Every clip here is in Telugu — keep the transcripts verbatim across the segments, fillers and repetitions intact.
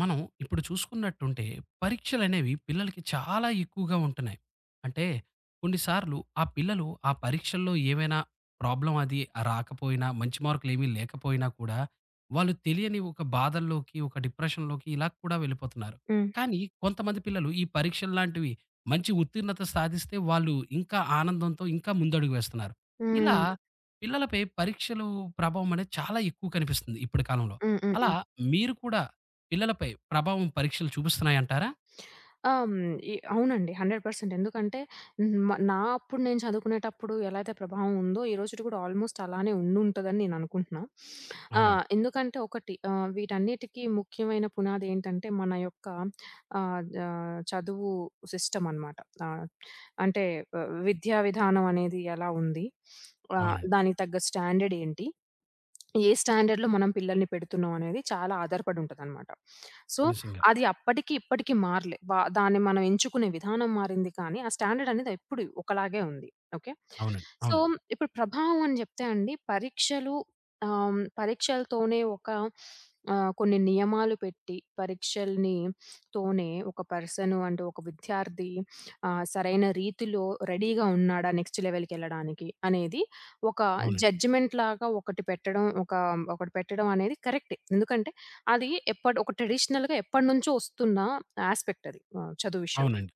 మనం ఇప్పుడు చూసుకున్నట్టుంటే పరీక్షలనేవి పిల్లలకి చాలా ఎక్కువగా ఉంటున్నాయి. అంటే కొన్నిసార్లు ఆ పిల్లలు ఆ పరీక్షల్లో ఏమైనా ప్రాబ్లమ్ అది రాకపోయినా, మంచి మార్కులేమీ లేకపోయినా కూడా వాళ్ళు తెలియని ఒక బాధల్లోకి, ఒక డిప్రెషన్‌లోకి ఇలా కూడా వెళ్ళిపోతున్నారు. హ్మ్. కానీ కొంతమంది పిల్లలు ఈ పరీక్షల్లాంటివి మంచి ఉత్తీర్ణత సాధిస్తే వాళ్ళు ఇంకా ఆనందంతో ఇంకా ముందడుగు వేస్తున్నారు. ఇలా హ్మ్. పిల్లలపై పరీక్షలు ప్రభావం అనేది చాలా ఎక్కువ కనిపిస్తుంది ఇప్పటి కాలంలో. హ్మ్. హ్మ్. అలా హ్మ్. మీరు కూడా పిల్లలపై ప్రభావం పరీక్షలు చూపిస్తున్నాయంటారా? ఆ! హ్మ్. ఈ అవునండి. వంద శాతం ఎందుకంటే హ్మ్. మ నా అప్పుడు నేను చదువుకునేటప్పుడు ఎలా అయితే ప్రభావం ఉందో, ఈ రోజుటి కూడా ఆల్‌మోస్ట్ అలానే ఉండుంటదని నేను అనుకుంటున్నా. ఆ! అవునండి. ఎందుకంటే ఒకటి, ఆహ్, వీటన్నిటికి ముఖ్యమైన పునాది ఏంటంటే మన యొక్క ఆహ్, ఆహ్, చదువు సిస్టమ్ అనమాట. ఆహ్, అంటే, ఆహ్, విద్యా విధానం అనేది ఎలా ఉంది? ఆహ్, అవునండి. దానికి తగ్గ స్టాండర్డ్ ఏంటి? ఏ స్టాండర్డ్‌లో మనం పిల్లల్ని పెడుతున్నాం అనేది చాలా ఆధారపడి ఉంటదనమాట. సో, నిజంగా. అది అప్పటికి, ఇప్పటికి మారలే. వ దాన్ని మనం ఎంచుకునే విధానం మారింది కానీ, ఆ స్టాండర్డ్ అనేది ఎప్పుడు ఒకలాగే ఉంది. ఓకే. అవునండి. సో, అవునండి. ఇప్పుడు ప్రభావం అని చెప్తే అండి పరీక్షలు, ఆహ్, పరీక్షలతోనే ఒక ఆహ్, కొన్ని నియమాలు పెట్టి పరీక్షల్ని తోనే ఒక పర్సన్ అంటే ఒక విద్యార్థి ఆహ్, సరైన రీతిలో రెడీగా ఉన్నాడా నెక్స్ట్ లెవెల్‌కెళ్ళడానికి అనేది ఒక అవునండి. జడ్జిమెంట్‌లాగా ఒకటి పెట్టడం, ఒక ఒకటి పెట్టడం అనేది కరెక్టే. ఎందుకంటే, అది ఎప్పటి ఒక ట్రెడిషనల్‌గా ఎప్పటినుంచో వస్తున్న యాస్పెక్ట్ అది, ఆహ్, చదువు విషయంలో. అవునండి.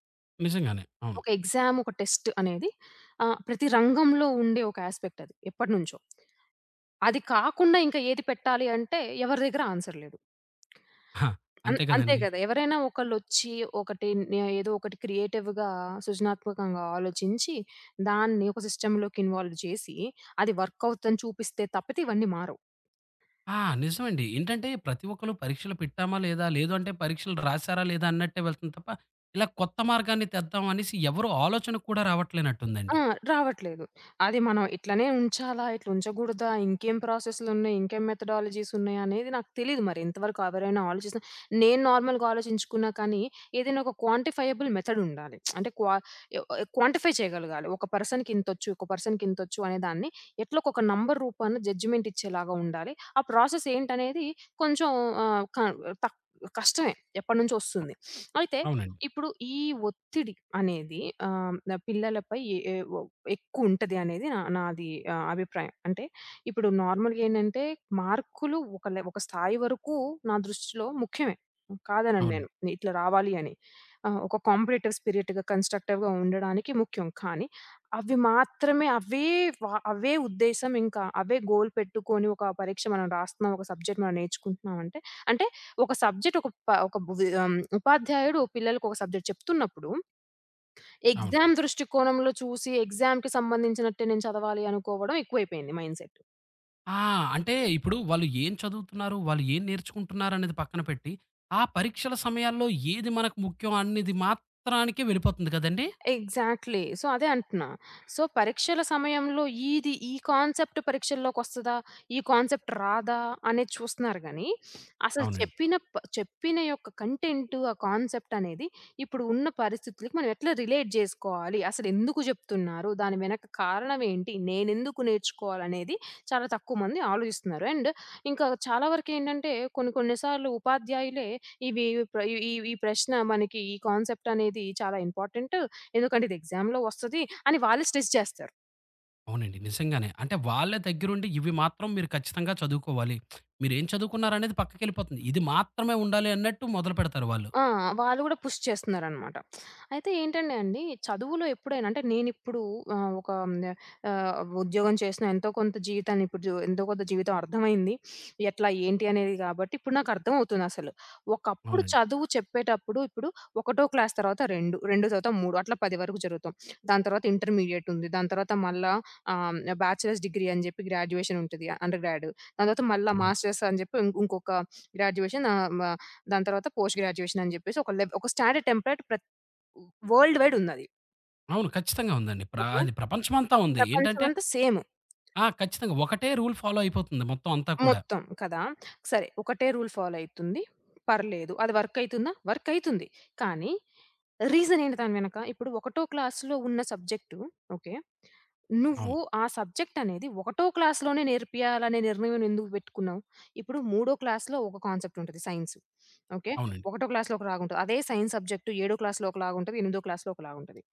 నిజంగానే. అవును. ఒక ఎగ్జామ్, ఒక టెస్ట్ అనేది ఆహ్, ప్రతి రంగంలో ఉండే ఒక యాస్పెక్ట్ అది ఎప్పటినుంచో. అది కాకుండా ఇంకా ఏది పెట్టాలి అంటే ఎవరి దగ్గర ఆన్సర్ లేదు. ఆ! అన్ అంతే అంతే కదండీ. కదా! ఎవరైనా ఒకళ్ళొచ్చి ఒకటి నే ఏదో ఒకటి క్రియేటివ్‌గా, సృజనాత్మకంగా ఆలోచించి, దాన్ని ఒక సిస్టమ్‌లోకి ఇన్వాల్వ్ చేసి, అది వర్క్ అవుతుందని చూపిస్తే తప్పితే ఇవన్నీ మారవు. ఆ! నిజమండి. ఏంటంటే ప్రతి ఒక్కళ్ళు పరీక్షలు పెట్టామా లేదా? లేదు అంటే పరీక్షలు రాసారా లేదా? అన్నట్టే వెళ్తుంది తప్ప, ఇలా కొత్త మార్గాన్ని తెద్దాం అనేసి ఎవరు ఆలోచనకు కూడా రావట్లేనట్టుందండి. ఆ! రావట్లేదు. అది మనం ఇట్లనే ఉంచాలా? ఇట్లా ఉంచగూడదా? ఇంకేం ప్రాసెస్‌లున్నాయి? ఇంకేం మెథడాలజీసున్నాయి? అనేది నాకు తెలీదు మరి ఇంతవరకు ఎవరైనా ఆలోచిస్తున్నా, నేను నార్మల్‌గా ఆలోచించుకున్నా కానీ, ఏదైనా ఒక క్వాంటిఫైయబుల్ మెథడుండాలి. అంటే క్వా యొ క్వాంటిఫై చేయగలగాలి. ఒక పర్సన్‌కి ఇంతొచ్చు, ఒక పర్సన్‌కి ఇంతొచ్చు అనే దాన్ని ఎట్లా ఒక నంబర్ రూపాన జడ్జిమెంట్ ఇచ్చేలాగా ఉండాలి. ఆ ప్రాసెస్ ఏంటనేది కొంచెం ఆహ్, క తక్ కష్టమే ఎప్పటినుంచో ఒస్తుంది. అయితే అవునండి. ఇప్పుడు ఈ ఒత్తిడి అనేది, ఆహ్, నా పిల్లలపై ఎ ఎ ఒ ఎక్కువుంటది అనేది నా నాది, ఆహ్, అభిప్రాయం. అంటే ఇప్పుడు నార్మల్‌గా ఏంటంటే మార్కులు ఒక లె ఒక స్థాయి వరకు నా దృష్టిలో ముఖ్యమే. కాదనను నేను. అవునండి. నే- ఇట్లా రావాలి అని. ఆహ్, ఒక కాంపిటీటివ్ స్పిరిట్‌గా, కన్‌స్ట్రక్టివ్‌గా ఉండడానికి ముఖ్యం. కానీ అవి మాత్రమే, అవే వ అవే ఉద్దేశ్యం ఇంకా అవే గోల్ పెట్టుకొని ఒక పరీక్ష మనం రాస్తున్నాం. ఒక సబ్జెక్ట్ మనం నేర్చుకుంటున్నాం అంటే, అంటే ఒక సబ్జెక్ట్ ఒక ప ఒక బువి ఆహ్, ఉపాధ్యాయుడు పిల్లలకొక సబ్జెక్ట్ చెప్తున్నప్పుడు, అవును. ఎగ్జామ్ దృష్టికోణంలో చూసి ఎగ్జామ్‌కి సంబంధించినట్టే నేను చదవాలి అనుకోవడం ఎక్కువైపోయింది మైండ్‌సెట్. ఆ! అంటే ఇప్పుడు వాళ్ళు ఏం చదువుతున్నారు? వాళ్ళు ఏం నేర్చుకుంటున్నారనేది పక్కన పెట్టి, ఆ పరీక్షల సమయాల్లో ఏది మనకు ముఖ్యం అనేది మాత్రానికే వెళ్ళిపోతుంది కదండీ! ఎగ్జాక్ట్‌లీ. సో, అదే అంటున్నా. సో, పరీక్షల సమయంలో ఈది ఈ కాన్సెప్ట్ పరీక్షల్లోకొస్తదా? ఈ కాన్సెప్ట్ రాదా? అనేది చూస్తున్నారు గానీ, అసలు అవునండి. చెప్పిన ప చెప్పిన యొక్క కంటెంట్, ఆ కాన్సెప్ట్ అనేది ఇప్పుడు ఉన్న పరిస్థితులకి మనం ఎట్లా రిలేట్ జేసుకోవాలి? అసలెందుకు జెప్తున్నారు? దాని వెనక కారణం ఏంటి? నేనెందుకు నేర్చుకోవాలనేది చాలా తక్కువ మంది ఆలోచిస్తున్నారు. అండ్ ఇంకా చాలా వరకేంటంటే కొన్ని కొన్ని సార్లు ఉపాధ్యాయులే ఇవి ప్ర ఈ ఈ ప్రశ్న మనకి ఈ కాన్సెప్ట్ అనేది చాలా ఇంపార్టెంట్. ఎందుకంటే ఇది ఎగ్జామ్‌లో వస్తది అని వాళ్ళు స్ట్రెస్ చేస్తారు. అవునండి. నిజంగానే. అంటే వాళ్ళ దగ్గరుండి ఇవి మాత్రం మీరు ఖచ్చితంగా చదువుకోవాలి. మీరేం చదువుకున్నారనేది పక్కకెళ్ళిపోతుంది. ఇది మాత్రమే ఉండాలి అన్నట్టు మొదలుపెడతారు వాళ్ళు. ఆ! వాళ్ళు గూడా పుష్ చేస్తున్నారనమాట. అయితే ఏంటంటే అండి, చదువులో ఎప్పుడైనా అంటే నేనిప్పుడు ఆహ్, ఒక హ్మ్, ఆహ్, ఉద్యోగం చేసిన ఎంతో కొంత జీవితాన్ని ఇప్పుడు జు ఎంతో కొంత జీవితం అర్థమైంది. ఎట్లా ఏంటి అనేది గాబట్టి ఇప్పుడు నాకర్థమవుతుందసలు. ఒకప్పుడు అవునండి. చదువు చెప్పేటప్పుడు ఇప్పుడు ఒకటో క్లాస్ తర్వాత రెండో, రెండో తర్వాత మూడు అట్లా పది వరకు జరుగుతాం. దాని తర్వాత ఇంటర్మీడియేట్ ఉంది. దాని తర్వాత మళ్ళా ఆహ్, బ్యాచిలర్స్ డిగ్రీ అని జెప్పి గ్రాడ్యుయేషన్ ఉంటది. Under grad. దాని తర్వాత మళ్ళా అవును. మాస్టర్స్ అని జెప్పి ఇం ఇంకొక గ్రాడ్యుయేషన్, ఆహ్, మ దాని తర్వాత పోస్ట్ గ్రాడ్యుయేషన్ అని జెప్పేసి ఒక లెవ్ ఒక స్టాండర్డ్ టెంప్లేట్ ప్రత్ వరల్డ్ వైడ్ ఉందది. అవును. ఖచ్చితంగా ఉందండి. ప్ర ఓకే. అది ప్రపంచమంతా ఉంది. ఏంటంటే ప్రపంచమంతా సేమ్ ఆ! ఖచ్చితంగా ఒకటే రూల్ ఫాలో అయిపోతుంది మొత్తం అంతా కూడా. మొత్తం కదా! సరే ఒకటే రూల్ ఫాలో అయితుంది. పర్లేదు. అది వర్క్ అయితుందా? వర్క్ అయితుంది. కానీ రీజన్ ఏంటి దాని వెనక? ఇప్పుడు ఒకటో క్లాస్‌లో ఉన్న సబ్జెక్టు, ఓకే, నువ్వు అవును. ఆ సబ్జెక్ట్ అనేది ఒకటో క్లాస్‌లోనే నేర్పియాలనే నిర్ణయం ఎందుకు పెట్టుకున్నావు? ఇప్పుడు మూడో క్లాస్‌లో ఒక కాన్సెప్ట్ ఉంటది సైన్స్. ఓకే. అవునండి. ఒకటో క్లాస్‌లో ఒకలాగుంటది. అదే సైన్స్ సబ్జెక్ట్ ఏడో క్లాస్‌లో ఒకలాగుంటది. ఎనిమిదో క్లాస్‌లో ఒకలాగుంటది.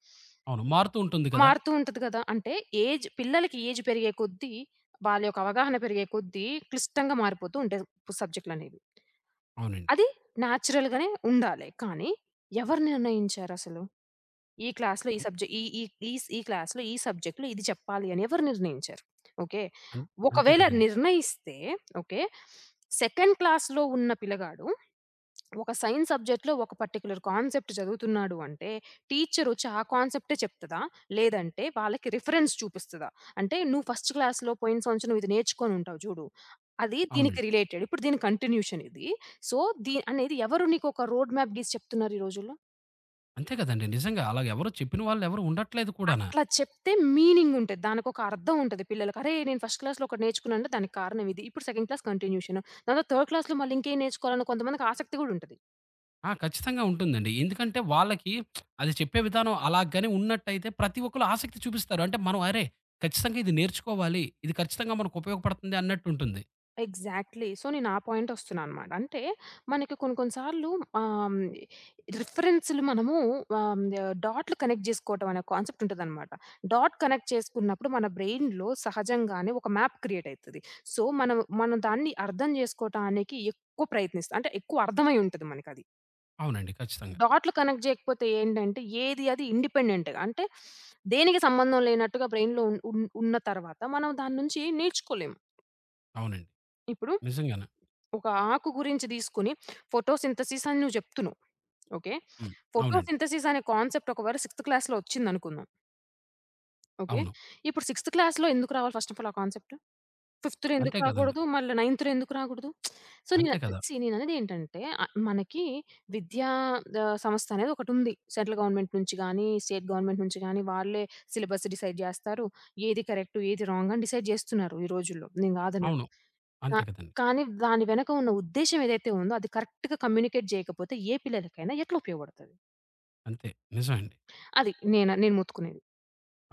అవును. మారుతూ ఉంటుంది కదా! మారుతూ ఉంటది గదా! అంటే ఏజ్ పిల్లలకి ఏజ్ పెరిగే కొద్దీ, వాళ్ళ యొక్క అవగాహన పెరిగే కొద్దీ క్లిష్టంగా మారిపోతూ ఉంటాయి సబ్జెక్ట్‌లనేవి. అవునండి. అది నేచురల్‌గానే ఉండాలి. కానీ ఎవరు నిర్ణయించారసలు? ఈ క్లాస్‌లో ఈ అన్ సబ్జెక్ట్ ఈ ఈ ఈ ఈ క్లాస్‌లో ఈ సబ్జెక్ట్‌లో ఇది చెప్పాలి అని ఎవరు నిర్ణయించారు? ఓకే. అన్ అంతే ఒకవేళ కదండీ. నిర్ణయిస్తే, ఓకే, సెకండ్ క్లాస్‌లో ఉన్న పిల్లగాడు ఒక సైన్స్ సబ్జెక్ట్‌లో ఒక పర్టిక్యులర్ కాన్సెప్ట్ చదువుతున్నాడు అంటే, టీచరొచ్చి ఆ కాన్సెప్టే చెప్తదా? లేదంటే వాళ్ళకి రిఫరెన్స్ చూపిస్తదా? అంటే నువ్వు ఫస్ట్ క్లాస్‌లో పోయిన సంవత్సరం ఇది నేర్చుకొనుంటావు చూడు. అది దీనికి అవునండి. రిలేటెడ్. ఇప్పుడు దీని కంటిన్యూషన్ ఇది. సో, దీ అనేది ఎవరు నీకొక రోడ్ మ్యాప్ గీసి చెప్తున్నారు ఈ రోజుల్లో? అంతే కదండీ. నిజంగా అలాగెవరు చెప్పిన వాళ్ళెవరు ఉండట్లేదు కూడానా. అట్లా చెప్తే మీనింగ్ ఉంటది. దానికొక అర్థం ఉంటది పిల్లలకి. అరే! నేను ఫస్ట్ క్లాస్‌లో ఒకటి నేర్చుకున్నానంటే దానికి కారణం ఇది. ఇప్పుడు సెకండ్ క్లాస్ కంటిన్యూషన్. తర్వాత థర్డ్ క్లాస్‌లో మళ్ళీ ఇంకేం నేర్చుకోవాలని కొంతమందికి ఆసక్తి గూడా ఉంటది. ఆ! ఖచ్చితంగా ఉంటుందండి. ఎందుకంటే వాళ్ళకి అది చెప్పే విధానం అలాగని ఉన్నట్టయితే ప్రతి ఒక్కళ్ళు ఆసక్తి చూపిస్తారు. అంటే మనం అరే! ఖచ్చితంగా ఇది నేర్చుకోవాలి. ఇది ఖచ్చితంగా మనకు ఉపయోగపడుతుంది అన్నట్టు ఉంటుంది. ఎగ్జాక్ట్‌లీ. సో, నేను ఆ పాయింటొస్తున్నా అనమాట. అంటే మనకి కొన్ని కొన్ని సార్లు ఆహ్, రిఫరెన్స్‌లు మనము ఆహ్, డాట్‌లు కనెక్ట్ జేసుకోవటం అనే కాన్సెప్ట్ ఉంటదనమాట. డాట్ కనెక్ట్ చేసుకున్నప్పుడు మన బ్రెయిన్‌లో సహజంగానే ఒక మ్యాప్ క్రియేట్ అయితది. సో, మనం మనం దాన్ని అర్థం జేసుకోటానికి ఎక్కువ ప్రయత్నిస్తాం. అంటే ఎక్కువ అర్థమై ఉంటది మనకది. అవునండి. ఖచ్చితంగా. డాట్‌లు కనెక్ట్ జేయకపోతే ఏంటంటే ఏది అది ఇండిపెండెంట్‌గా అంటే దేనికి సంబంధం లేనట్టుగా బ్రెయిన్‌లో ఉన్ ఉన్ ఉన్న తర్వాత మనం దాని నుంచి నేర్చుకోలేము. అవునండి. ఇప్పుడు నిజంగానే. ఒక ఆకు గురించి తీసుకొని ఫోటోసింథసిస్ అని నువ్వు జెప్తున్నావు. ఓకే. హ్మ్. అవునండి. ఫోటోసింథసిస్ అనే కాన్సెప్ట్ ఒకవేళ సిక్స్త్ క్లాస్‌లో ఒచ్చిందనుకుందాం. ఓకే. అవును. ఇప్పుడు సిక్స్త్ క్లాస్‌లో ఎందుకు రావాలి ఫస్ట్ ఆఫ్ ఆల్ ఆ కాన్సెప్ట్? ఫిఫ్త్‌లో ఎందుకు అంతే కదండీ! రాకూడదు? మళ్ళా నైన్త్‌లో ఎందుకు రాకూడదు? సో, నేను అంతే కదా! సీ నేననేదేంటంటే ఆహ్, మనకి విద్యా, ఆహ్, సంస్థ అనేది ఒకటుంది. సెంట్రల్ గవర్నమెంట్ నుంచి గానీ, స్టేట్ గవర్నమెంట్ నుంచి గానీ, వాళ్ళే సిలబస్ డిసైడ్ జేస్తారు. ఏది కరెక్ట్, ఏది రాంగ్ అని డిసైడ్ జేస్తున్నారు ఈ రోజుల్లో. నేను గాదనను. అవును. కా అంతే కదండీ! కానీ దాని వెనక ఉన్న ఉద్దేశ్యం ఏదైతే ఉందో అది కరెక్ట్‌గా కమ్యూనికేట్ జేయకపోతే ఏ పిల్లలకైనా ఎట్లా ఉపయోగపడతది? అంతే. నిజమండి. అది నేను నేను మొత్తుకునేది.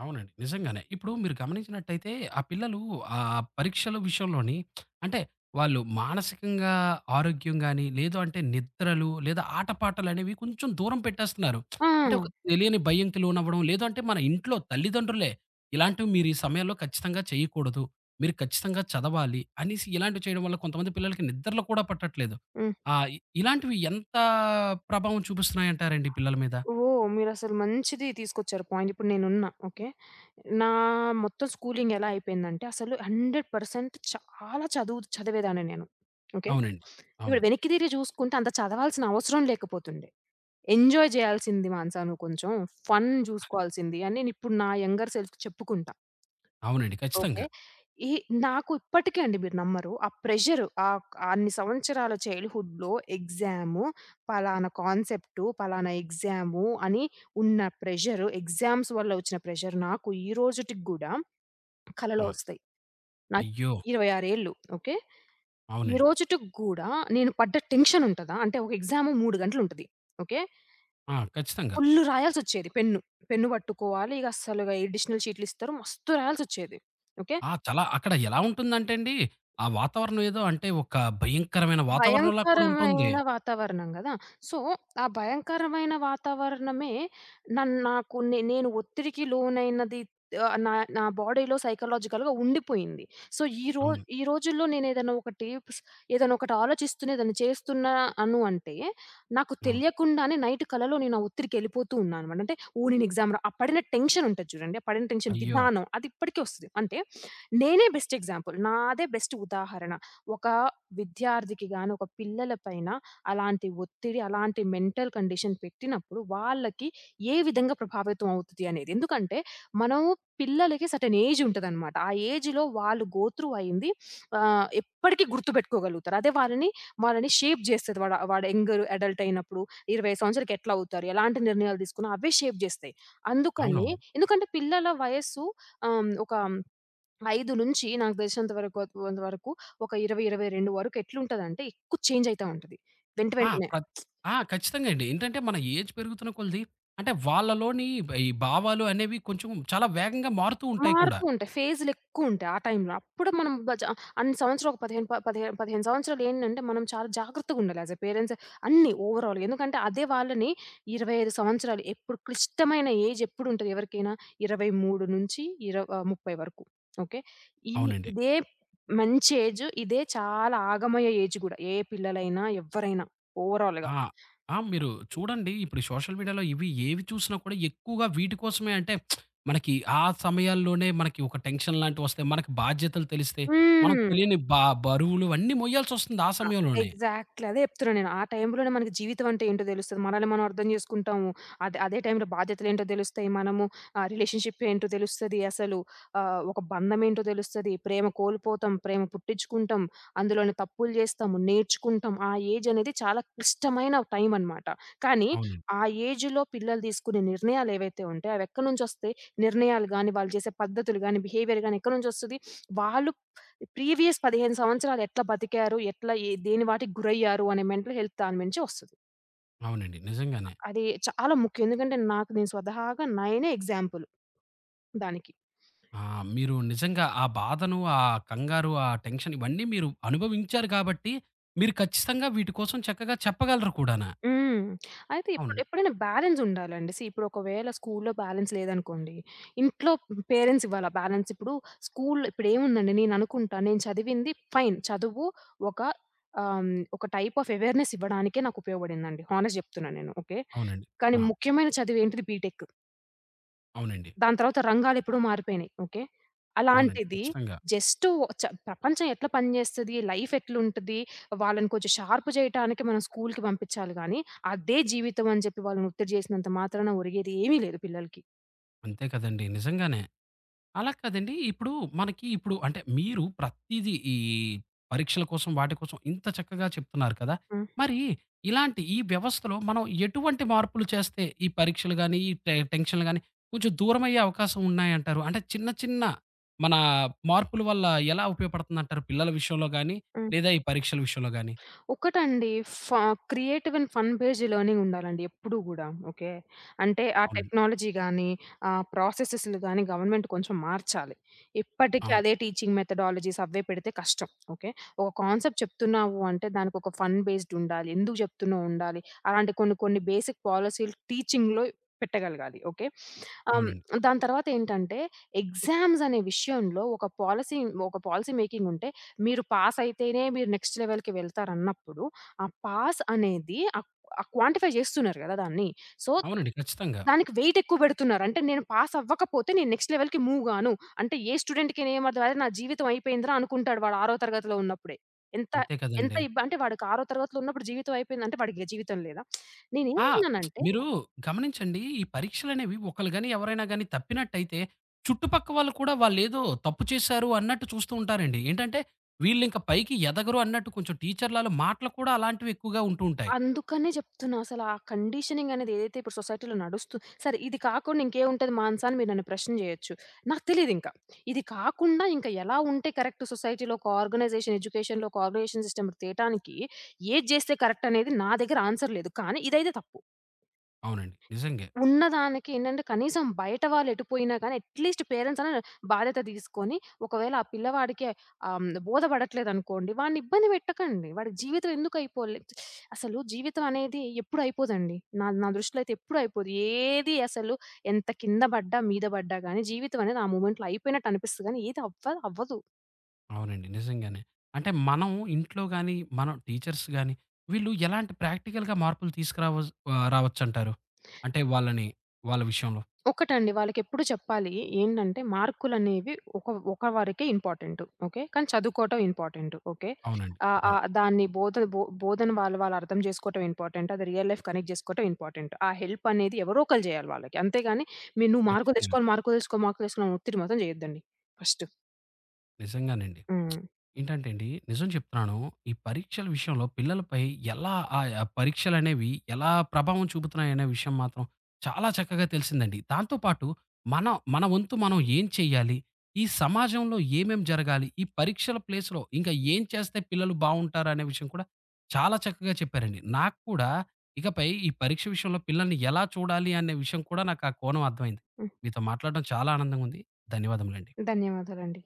అవునండి. నిజంగానే. ఇప్పుడు మీరు గమనించినట్టయితే ఆ పిల్లలు ఆ పరీక్షల విషయంలోని అంటే వాళ్ళు మానసికంగా ఆరోగ్యం గాని, లేదు అంటే నిద్రలు లేదా ఆటపాటలనేవి కొంచెం దూరం పెట్టేస్తున్నారు. ఆ! అంటే ఒక తెలియని భయంకి లోనవ్వడం, లేదు అంటే మన ఇంట్లో తల్లిదండ్రులే ఇలాంటివి మీరు ఈ సమయంలో ఖచ్చితంగా చేయకూడదు. మీరు ఖచ్చితంగా చదవాలి అనేసి ఇలాంటివి చేయడం వల్ల కొంతమంది పిల్లలకి నిద్రలు కూడా పట్టట్లేదు. హ్మ్. ఆ! ఇ ఇలాంటివి ఎంత ప్రభావం చూపిస్తున్నాయంటారండి పిల్లల మీద? ఓహ్! మీరసలు మంచిది తీసుకొచ్చారు పాయింట్. ఇప్పుడు నేనున్నా. ఓకే. నా మొత్తం స్కూలింగ్ ఎలా అయిపోయిందంటే అసలు వంద శాతం చాలా చదువు చదివేదాన్ని నేను. ఓకే. అవునండి. ఇప్పుడు అవునండి. వెనక్కి తిరిగి చూసుకుంటే అంత చదవాల్సిన అవసరం లేకపోతుండే. ఎంజాయ్ చేయాల్సింది మానసా నువ్వు కొంచెం. ఫన్ చూసుకోవాల్సింది అని నేనిప్పుడు నా యంగర్ సెల్ఫ్‌కి చెప్పుకుంటా. అవునండి. ఓకే. ఖచ్చితంగా. ఈ నాకు ఇప్పటికి అండి మీరు నమ్మరు. ఆ ప్రెషరు, ఆహ్, అన్ని సంవత్సరాల చైల్డ్‌హుడ్‌లో ఎగ్జాము, పలానా కాన్సెప్టు, పలానా ఎగ్జాము అని ఉన్న ప్రెషరు, ఎగ్జామ్స్ వల్ల వచ్చిన ప్రెషర్ నాకు ఈ రోజుటికి గూడా కలలో అవును. ఒస్తాయి. నాకు అయ్యో! ఇరవై ఆరు ఏళ్ళు. ఓకే. ఈ అవునండి. రోజుటికి గూడా నేను పడ్డ టెన్షన్ ఉంటదా, అంటే ఒక ఎగ్జాము మూడు గంటలుంటది. ఓకే. ఆ! ఖచ్చితంగా. Full రాయాల్సొచ్చేది pen. పెన్ను పట్టుకోవాలి. ఇగ అస్సలు ఇగ ఎడిషనల్ షీట్‌లిస్తారు. మస్తు రాయాల్సొచ్చేది. ఓకే. ఆ! చాలా అక్కడ ఎలా ఉంటుందంటే అండి, ఆ వాతావరణం ఏదో అంటే ఒక భయంకరమైన వాతావరణంలా కూడా ఉంటుంది. భయంకరమైన వాతావరణం గదా! సో, ఆ భయంకరమైన వాతావరణమే నన్ నాకు నే నేను ఒత్తిడికి లోనైనది, ఆహ్, నా నా బాడీలో సైకలాజికల్‌గా ఉండిపోయింది. సో, ఈ రో అవును. ఈ రోజుల్లో నేనేదైనా ఒకటి స్ ఏదైనా ఒకటి ఆలోచిస్తున్నా, ఏదైనా చేస్తున్నాను అంటే, నాకు అవును. తెలియకుండానే నైట్ కలలో నేను ఆ ఒత్తిడికెళ్ళిపోతూ ఉన్నాననమాట. అంటే, ఓహ్! నేను ఎగ్జామ్ రా ఆ పడిన టెన్షన్ ఉంటది చూడండి. ఆ పడిన టెన్షన్ అయ్యో! విధానం అది ఇప్పటికి ఒస్తది. అంటే, నేనే బెస్ట్ ఎగ్జాంపుల్. నాదే బెస్ట్ ఉదాహరణ. ఒక విద్యార్థికి గాని, ఒక పిల్లల పైన అలాంటి ఒత్తిడి, అలాంటి మెంటల్ కండిషన్ పెట్టినప్పుడు వాళ్ళకి ఏ విధంగా ప్రభావితం అవుతది అనేది. ఎందుకంటే, మనం పిల్లలకి సర్టెన్ ఏజ్ ఉంటదనమాట. ఆ ఏజ్‌లో వాళ్ళు గో త్రూ అయింది, ఆహ్, ఎప్పటికి గుర్తుపెట్టుకోగలుగుతారు. అదే వాళ్ళని, వాళ్ళని, షేప్ జేస్తది. వాడు వాడు యంగర్ అడల్ట్ అయినప్పుడు ఇరవై సంవత్సరాలకి ఎట్లా అవుతారు? ఎలాంటి నిర్ణయాలు తీసుకున్నా అవే షేప్ జేస్తాయి. అందుకని, అవునవును. ఎందుకంటే, పిల్లల వయస్సు ఆహ్, ఒక అయిదు నుంచి నాకు తెలిసినంత వరకు కొంతవరకు ఒక ఇరవై, ఇరవై రెండు వరకు ఎట్లుంటదంటే ఎక్కువ చేంజ్ అయితా ఉంటది. వెంట ఆ! వెంటనే. ప్ర ఆ! ఖచ్చితంగా అండి. ఏంటంటే మన ఏజ్ పెరుగుతున్న కొలిది అంటే వాళ్ళలోని ఈ భావాలు అనేవి కొంచెం చాలా వేగంగా మారుతూ ఉంటాయి కూడా. మారుతూ ఉంటాయి. ఫేజులెక్కువుంటాయి ఆ టైంలో. అప్పుడు మనం బజ అన్ని సంవత్సరాలు ఒక పదిహేను ప పదిహే పదిహేను సంవత్సరాలు ఏంటంటే మనం చాలా జాగ్రత్తగుండాలి యాస్ ఎ పేరెంట్స్ అన్నీ ఓవరాల్. ఎందుకంటే అదే వాళ్ళని, ఇరవై అయిదు సంవత్సరాలు ఎప్పుడు క్లిష్టమైన ఏజ్ ఎప్పుడుంటది ఎవరికైనా? ఇరవై మూడు నుంచి ఇరవ ఆహ్, ముప్పై వరకు. ఓకే. ఈ అవునండి. ఇదే మంచి ఏజ్. ఇదే చాలా ఆగమయ ఏజ్ గూడా. ఏ పిల్లలైనా ఎవ్వరైనా ఓవరాల్‌గా. ఆ! ఆ! మీరు చూడండి ఇప్పుడు సోషల్ మీడియాలో ఇవి ఏవి చూసినా కూడా ఎక్కువగా వీటి కోసమే అంటే మనకి ఆ సమయాల్లోనే మనకి ఒక టెన్షన్ లాంటివి వస్తాయి. మనకి బాధ్యతలు తెలిస్తే మనం హ్మ్. తెలియని బ బరువులు అన్నీ మొయ్యాల్సొస్తుంది ఆ అ సమయంలోనే. ఎగ్జాక్ట్‌లీ. అదే చెప్తున్నా నేను. ఆ టైంలోనే మనకి జీవితం అంటే ఏంటో తెలుస్తది. మనల్ని మనం అర్థం చేసుకుంటాము. అదే అదే టైంలో బాధ్యతలేంటో తెలుస్తాయి. మనము ఆహ్, రిలేషన్‌షిప్ ఏంటో తెలుస్తది. అసలు ఆహ్, ఒక బంధం ఏంటో తెలుస్తది. ప్రేమ కోల్పోతాం. ప్రేమ పుట్టించుకుంటాం. అందులోనే తప్పులు చేస్తాము. నేర్చుకుంటాం. ఆ ఏజ్ అనేది చాలా క్లిష్టమైన టైం అన్నమాట. కానీ అవునండి. ఆ ఏజ్‌లో పిల్లలు తీసుకునే నిర్ణయాలు ఏవైతే ఉంటాయో అవి ఎక్కడి నుంచొస్తాయి? నిర్ణయాలు గాని, వాళ్ళు చేసే పద్ధతులు గాని, బిహేవియర్ గాని ఎక్కడి నుంచొస్తది? వాళ్ళు ప్రీవియస్ పదిహేను సంవత్సరాలు ఎట్లా బతికారు? ఎట్లా ఏ దేని వాటికి గురయ్యారు? అనే మెంటల్ హెల్త్ దాని నుంచే వస్తది. అవునండి. నిజంగానే. అది చాలా ముఖ్యం. ఎందుకంటే నాకు నేను స్వతహాగా నేనే ఎగ్జాంపుల్ దానికి. ఆ! మీరు నిజంగా ఆ బాధను, ఆ కంగారు, ఆ టెన్షన్ ఇవన్నీ మీరు అనుభవించారు కాబట్టి మీరు ఖచ్చితంగా వీటి కోసం చక్కగా చెప్పగలరు కూడానా. హ్మ్. అయితే ఇప్పుడు అవునండి. ఎప్పుడైనా బ్యాలెన్స్ ఉండాలండి. సీ ఇప్పుడు ఒకవేళ స్కూల్లో బ్యాలెన్స్ లేదనుకోండి, ఇంట్లో పేరెంట్స్ ఇవ్వాలా బ్యాలెన్స్. ఇప్పుడు స్కూల్ ఇప్పుడేముందండి, నేను అనుకుంటా నేను చదివింది ఫైన్. చదువు ఒక ఆహ్, ఒక టైప్ ఆఫ్ అవేర్‌నెస్ ఇవ్వడానికే నాకు ఉపయోగపడిందండి. హానెస్ట్ చెప్తున్నా నేను. ఓకే. అవునండి. కానీ ఆ! ముఖ్యమైన చదువేంటిది బీటెక్. అవునండి. దాని తర్వాత రంగాలెప్పుడో మారిపోయినాయి. ఓకే. అవునండి. అలాంటిది ఖచ్చితంగా. జస్ట్ చ ప్రపంచం ఎట్లా పనిచేస్తది? లైఫ్ ఎట్లుంటది? వాళ్ళని కొంచెం షార్ప్ జేయటానికి మనం స్కూలుకి పంపించాలి గానీ, అదే జీవితం అని జెప్పి వాళ్ళని ఒత్తిడి జేసినంత మాత్రాన ఒరిగేది ఏమీ లేదు పిల్లలకి. అంతే కదండీ. నిజంగానే. అలా కాదండి. ఇప్పుడు మనకి ఇప్పుడు అంటే మీరు ప్రతీదీ ఈ పరీక్షల కోసం వాటి కోసం ఇంత చక్కగా చెప్తున్నారు కదా! హ్మ్. మరి ఇలాంటి ఈ వ్యవస్థలో మనం ఎటువంటి మార్పులు చేస్తే ఈ పరీక్షలు గాని, ఈ టె టెన్షన్‌లు గాని కొంచెం దూరమయ్యే అవకాశం ఉన్నాయంటారు? అంటే చిన్న చిన్న మన మార్పుల వల్ల ఎలా ఉపయోగపడుతుందంటారు? పిల్లల విషయంలో గాని, హ్మ్. లేదా ఈ పరీక్షల విషయంలో గాని? ఒకటండి, ఫ creative and fun based learning ఉండాలండి ఎప్పుడూ గూడా. ఓకే. అంటే ఆ అవునండి. టెక్నాలజీ గానీ, ఆ ప్రాసెసెస్‌లు గానీ గవర్నమెంట్ కొంచెం మార్చాలి. ఇప్పటికి అవును. అదే టీచింగ్ మెథడాలజీస్ అవే పెడితే కష్టం. ఓకే. ఒక కాన్సెప్ట్ చెప్తున్నావు అంటే దానికొక ఫన్ బేస్డ్ ఉండాలి. ఎందుకు జెప్తున్నావు ఉండాలి. అలాంటి కొన్ని కొన్ని బేసిక్ పాలిసీలు టీచింగ్‌లో పెట్టగలగాలి. ఓకే. ఆహ్, అవునండి. దాని తర్వాతేంటంటే ఎగ్జామ్స్ అనే విషయంలో ఒక పాలిసీ, ఒక పాలిసీ మేకింగ్ ఉంటే మీరు పాసయితేనే మీరు నెక్స్ట్ లెవెల్‌కి వెళ్తారన్నప్పుడు, ఆ పాస్ అనేది ఆహ్, ఆహ్, క్వాంటిఫై చేస్తున్నారు గదా దాన్ని. సో, అవునండి. ఖచ్చితంగా. దానికి వెయిట్ ఎక్కువ పెడుతున్నారు. అంటే నేను పాస్ అవ్వకపోతే నేను నెక్స్ట్ లెవెల్‌కి మూవ్ గాను. అంటే ఏ స్టూడెంట్‌కి ఏమర్థం అరె! నా జీవితం అయిపోయిందిరా అనుకుంటాడు వాడు ఆరో తరగతిలో ఉన్నప్పుడే. ఎంత అంతే ఎంత కదండీ! ఇబ్బ అంటే వాడికి ఆరో తరగతిలో ఉన్నప్పుడు జీవితం అయిపోయిందంటే వాడికిక జీవితం లేదా? ఆ! నేనేమన్నానంటే, మీరు గమనించండి. ఈ పరీక్షలనేవి ఒకళ్ళు గాని, ఎవరైనా గాని తప్పినట్టయితే, చుట్టుపక్క వాళ్ళు కూడా వాళ్ళేదో తప్పు చేశారు అన్నట్టు చూస్తూ ఉంటారండి. ఏంటంటే, వీళ్ళింక పైకి ఎదగరు అన్నట్టు కొంచెం టీచర్లలో మాటలు కూడా అలాంటివి ఎక్కువగా ఉంటూ ఉంటాయి. అందుకనే చెప్తున్నా అసల ఆ కండిషనింగ్ అనేది ఏదైతే ఇప్పుడు సొసైటీలో నడుస్తూ, సరే ఇది కాకుండా ఇంకేముంటది మానసా అని మీరు నన్ను ప్రశ్న చేయొచ్చు. నాకు తెలీదింకా. ఇది కాకుండా ఇంకా ఎలా ఉంటే కరెక్ట్ సొసైటీలో ఒక ఆర్గనైజేషన్, ఎడ్యుకేషన్‌లో ఒక ఆర్గనైజేషన్ సిస్టమ్ తేటానికి ఏది జేస్తే కరెక్ట్ అనేది నా దగ్గర ఆన్సర్ లేదు. కానీ ఇదైతే తప్పు. అవునండి. నిజంగే. ఉన్నదానికి ఏంటంటే కనీసం బయట వాళ్ళు ఎటుపోయినా గానీ అట్‌లీస్ట్ పేరెంట్స్ అన్నా బాధ్యత తీసుకొని, ఒకవేళ ఆ పిల్లవాడికి ఆహ్, హ్మ్, బోధపడట్లేదనుకోండి, వాడిని ఇబ్బంది పెట్టకండి. వాడి జీవితం ఎందుకు అయిపోలే, అసలు జీవితం అనేది ఎప్పుడు అయిపోదండి. నా నా దృష్టిలో అయితే ఎప్పుడు అయిపోదు. ఏది అసలు ఎంత కింద పడ్డా, మీద పడ్డా గానీ జీవితం అనేది ఆ మూమెంట్‌లో అయిపోయినట్టు అనిపిస్తది గానీ ఏది అవ్వ అవ్వదు. అవునండి. నిజంగానే. అంటే మనం ఇంట్లో గాని, మనం టీచర్స్ గాని, వీళ్ళు ఎలాంటి ప్రాక్టికల్‌గా మార్పులు తీసుకురావస్ ఆహ్, రావచ్చంటారు? అంటే వాళ్ళని వాళ్ళ విషయంలో. ఒకటండి. వాళ్ళకెప్పుడు చెప్పాలి ఏంటంటే, మార్కులనేవి ఒక ఒక వారికే ఇంపార్టెంటు. ఓకే. కానీ చదువుకోవటం ఇంపార్టెంటు. ఓకే. అవునండి. ఆహ్, ఆ! ఆహ్, దాన్ని బోధ బో బోధన వాళ్ళు, వాళ్ళు అర్థం చేసుకోవటం ఇంపార్టెంట్. అది రియల్ లైఫ్ కనెక్ట్ చేసుకోవటం ఇంపార్టెంట్. ఆ హెల్ప్ అనేది ఎవరో ఒకళ్ళు చేయాలి వాళ్ళకి. అంతేగాని మీరు నువ్వు మార్కులు ఖచ్చితంగా. తెచ్చుకోవాలి, మార్కులు తెచ్చుకో, మార్కులు తెచ్చుకో అని ఒత్తిడి మాత్రం చేయొద్దండి ఫస్టు. నిజంగానండి. హ్మ్. ఏంటంటే అండి, నిజం చెప్తున్నాను. ఈ పరీక్షల విషయంలో పిల్లలపై ఎలా ఆహ్, ఆ పరీక్షలనేవి ఎలా ప్రభావం చూపుతున్నాయనే విషయం మాత్రం చాలా చక్కగా తెలిసిందండి. దాంతో పాటు మన, మన వంతు మనం ఏం చేయాలి? ఈ సమాజంలో ఏమేం జరగాలి? ఈ పరీక్షల ప్లేస్‌లో ఇంకా ఏం చేస్తే పిల్లలు బావుంటారు అనే విషయం కూడా చాలా చక్కగా చెప్పారండి. నాకు కూడా ఇకపై ఈ పరీక్ష విషయంలో పిల్లల్ని ఎలా చూడాలి అనే విషయం కూడా నాకు ఆ కోణం అర్థమైంది. హ్మ్. మీతో మాట్లాడడం చాలా ఆనందంగా ఉంది. ధన్యవాదములండి. ధన్యవాదాలండి.